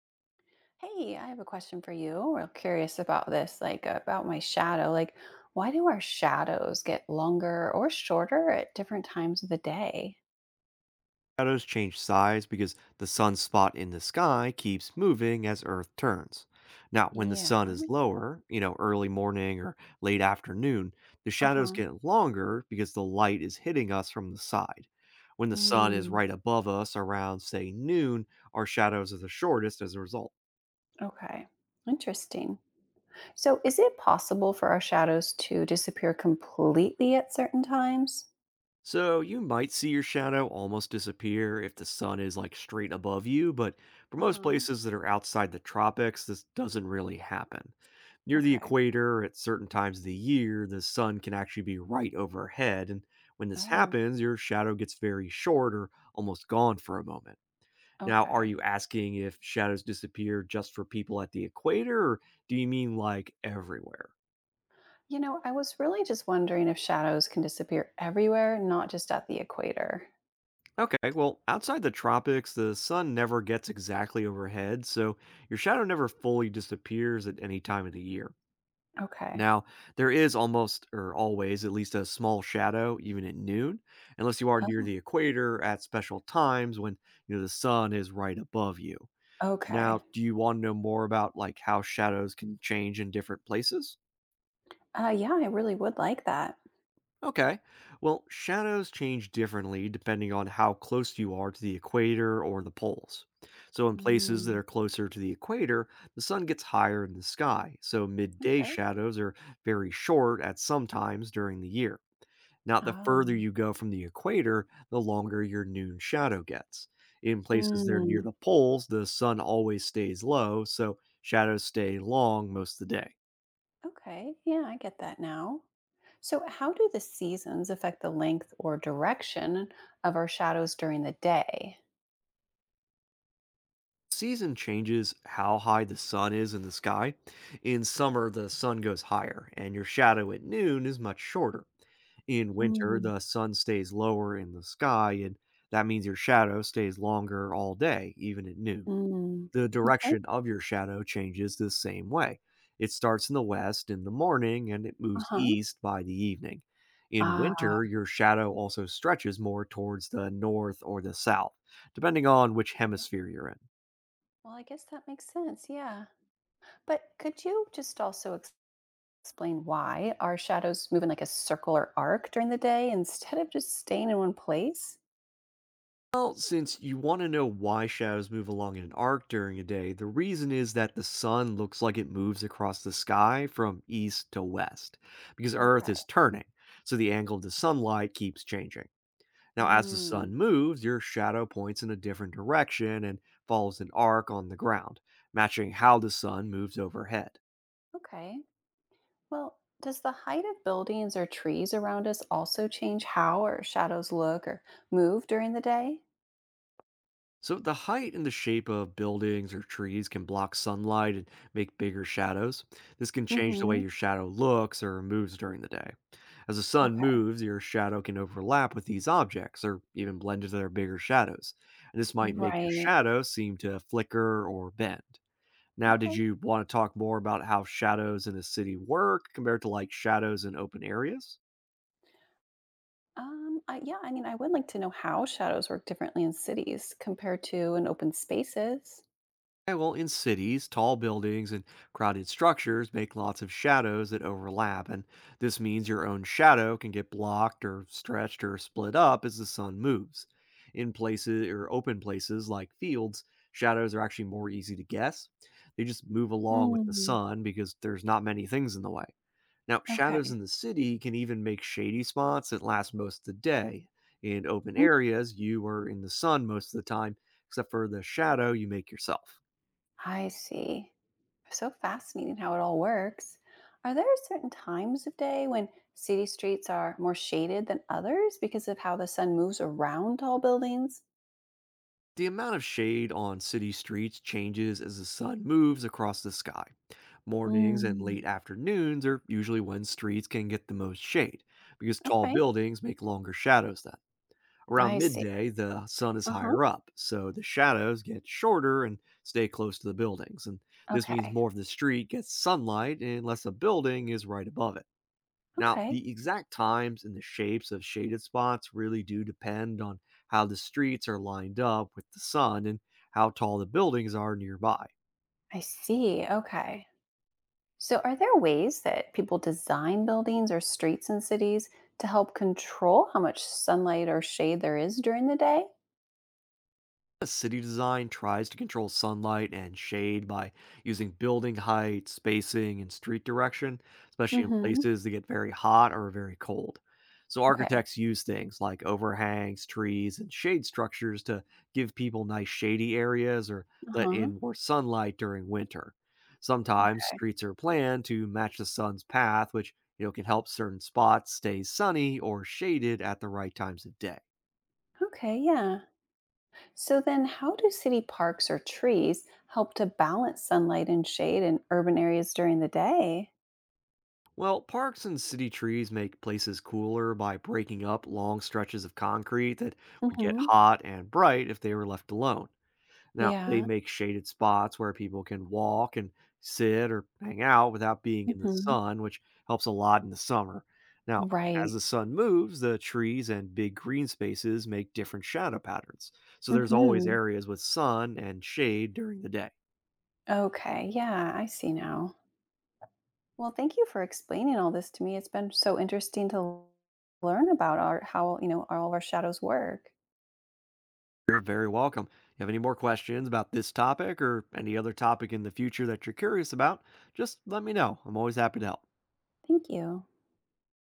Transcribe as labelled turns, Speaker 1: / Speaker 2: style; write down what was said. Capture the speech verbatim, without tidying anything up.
Speaker 1: Hey, I have a question for you. Real curious about this, like about my shadow. Like, why do our shadows get longer or shorter at different times of the day?
Speaker 2: Shadows change size because the sunspot in the sky keeps moving as Earth turns. Now, when the
Speaker 1: Yeah.
Speaker 2: sun is lower, you know, early morning or late afternoon, the shadows
Speaker 1: Uh-huh.
Speaker 2: get longer because the light is hitting us from the side. When the sun is
Speaker 1: Hmm.
Speaker 2: right above us around, say, noon, our shadows are the shortest as a result.
Speaker 1: Okay. Interesting. So, is it possible for our shadows to disappear completely at certain times?
Speaker 2: So you might see your shadow almost disappear if the sun is like straight above you, but for most
Speaker 1: Uh-huh.
Speaker 2: places that are outside the tropics, this doesn't really happen. Near the
Speaker 1: Okay.
Speaker 2: equator, at certain times of the year, the sun can actually be right overhead, and when this
Speaker 1: Oh,
Speaker 2: happens, your shadow gets very short or almost gone for a moment. Now, are
Speaker 1: okay.
Speaker 2: you asking if shadows disappear just for people at the equator, or do you mean like everywhere?
Speaker 1: You know, I was really just wondering if shadows can disappear everywhere, not just at the equator.
Speaker 2: Okay, well, outside the tropics, the sun never gets exactly overhead, so your shadow never fully disappears at any time of the year.
Speaker 1: Okay.
Speaker 2: Now, there is almost or always at least a small shadow even at noon, unless you are near the equator at special times when, you know, the sun is right above you. Now,
Speaker 1: Okay.
Speaker 2: do you want to know more about like how shadows can change in different places?
Speaker 1: Uh, yeah, I really would like that.
Speaker 2: Okay. Well, shadows change differently depending on how close you are to the equator or the poles. So, in places that
Speaker 1: Mm,
Speaker 2: are closer to the equator, the sun gets higher in the sky, so midday
Speaker 1: okay.
Speaker 2: shadows are very short at some times during the year. Now, the further
Speaker 1: Um,
Speaker 2: you go from the equator, the longer your noon shadow gets. In places that are near
Speaker 1: mm,
Speaker 2: the poles, the sun always stays low, so shadows stay long most of the day.
Speaker 1: okay. Yeah, I get that now. So, how do the seasons affect the length or direction of our shadows during the day?
Speaker 2: Season changes how high the sun is in the sky. In summer, the sun goes higher, and your shadow at noon is much shorter. In winter,
Speaker 1: Mm,
Speaker 2: the sun stays lower in the sky, and that means your shadow stays longer all day, even at noon.
Speaker 1: mm,
Speaker 2: The
Speaker 1: okay.
Speaker 2: direction of your shadow changes the same way. It starts in the west in the morning and it
Speaker 1: Uh
Speaker 2: moves
Speaker 1: huh.
Speaker 2: east by the evening. In
Speaker 1: Ah.
Speaker 2: winter, your shadow also stretches more towards the north or the south, depending on which
Speaker 1: Okay.
Speaker 2: hemisphere you're in.
Speaker 1: Well, I guess that makes sense. Yeah. But could you just also ex- explain why our shadows move in like a circle or arc during the day instead of just staying in one place?
Speaker 2: Well, since you want to know why shadows move along in an arc during a day, the reason is that the sun looks like it moves across the sky from east to west, because Earth
Speaker 1: Okay.
Speaker 2: is turning, so the angle of the sunlight keeps changing. Now, as the sun moves, your shadow points in a different direction and follows an arc on the ground, matching how the sun moves overhead.
Speaker 1: Okay. Well, does the height of buildings or trees around us also change how our shadows look or move during the day?
Speaker 2: So, the height and the shape of buildings or trees can block sunlight and make bigger shadows. This can change the way
Speaker 1: Mm-hmm.
Speaker 2: your shadow looks or moves during the day. As the sun
Speaker 1: Okay.
Speaker 2: moves, your shadow can overlap with these objects or even blend into their bigger shadows. And this might make your
Speaker 1: Right.
Speaker 2: shadow seem to flicker or bend. Now, did
Speaker 1: Okay.
Speaker 2: you want to talk more about how shadows in a city work compared to like shadows in open areas?
Speaker 1: Um, I, yeah, I mean, I would like to know how shadows work differently in cities compared to in open spaces.
Speaker 2: Yeah, well, in cities, tall buildings and crowded structures make lots of shadows that overlap, and this means your own shadow can get blocked or stretched or split up as the sun moves. In places or open places like fields, shadows are actually more easy to guess. They just move along with the
Speaker 1: Mm.
Speaker 2: sun because there's not many things in the way. Now, shadows in
Speaker 1: Okay.
Speaker 2: the city can even make shady spots that last most of the day. In open
Speaker 1: Mm.
Speaker 2: areas, you are in the sun most of the time, except for the shadow you make yourself.
Speaker 1: I see. So fascinating how it all works. Are there certain times of day when city streets are more shaded than others because of how the sun moves around tall buildings?
Speaker 2: The amount of shade on city streets changes as the sun moves across the sky. Mornings and
Speaker 1: Mm,
Speaker 2: late afternoons are usually when streets can get the most shade because tall
Speaker 1: okay.
Speaker 2: buildings make longer shadows then. Around
Speaker 1: I see.
Speaker 2: midday, the sun is
Speaker 1: Uh-huh.
Speaker 2: higher up, so the shadows get shorter and stay close to the buildings. And this means
Speaker 1: Okay.
Speaker 2: more of the street gets sunlight unless a building is right above it. Now,
Speaker 1: Okay.
Speaker 2: the exact times and the shapes of shaded spots really do depend on how the streets are lined up with the sun and how tall the buildings are nearby.
Speaker 1: I see. Okay. So are there ways that people design buildings or streets in cities to help control how much sunlight or shade there is during the day?
Speaker 2: A city design tries to control sunlight and shade by using building height, spacing, and street direction, especially in
Speaker 1: Mm-hmm.
Speaker 2: places that get very hot or very cold. So,
Speaker 1: Okay.
Speaker 2: architects use things like overhangs, trees, and shade structures to give people nice shady areas or let
Speaker 1: Uh-huh.
Speaker 2: in more sunlight during winter. Sometimes
Speaker 1: Okay.
Speaker 2: streets are planned to match the sun's path, which you know can help certain spots stay sunny or shaded at the right times of day.
Speaker 1: Okay, yeah. So then how do city parks or trees help to balance sunlight and shade in urban areas during the day?
Speaker 2: Well, parks and city trees make places cooler by breaking up long stretches of concrete that would get
Speaker 1: Mm-hmm.
Speaker 2: hot and bright if they were left alone. Now, they
Speaker 1: Yeah.
Speaker 2: make shaded spots where people can walk and sit or hang out without being in the
Speaker 1: Mm-hmm.
Speaker 2: sun, which helps a lot in the summer. Now, as
Speaker 1: Right.
Speaker 2: the sun moves, the trees and big green spaces make different shadow patterns. So there's always
Speaker 1: Mm-hmm.
Speaker 2: areas with sun and shade during the day.
Speaker 1: Okay, yeah, I see now. Well, thank you for explaining all this to me. It's been so interesting to learn about our how, you know, all of our shadows work.
Speaker 2: You're very welcome. You have any more questions about this topic or any other topic in the future that you're curious about, just let me know. I'm always happy to help.
Speaker 1: Thank you.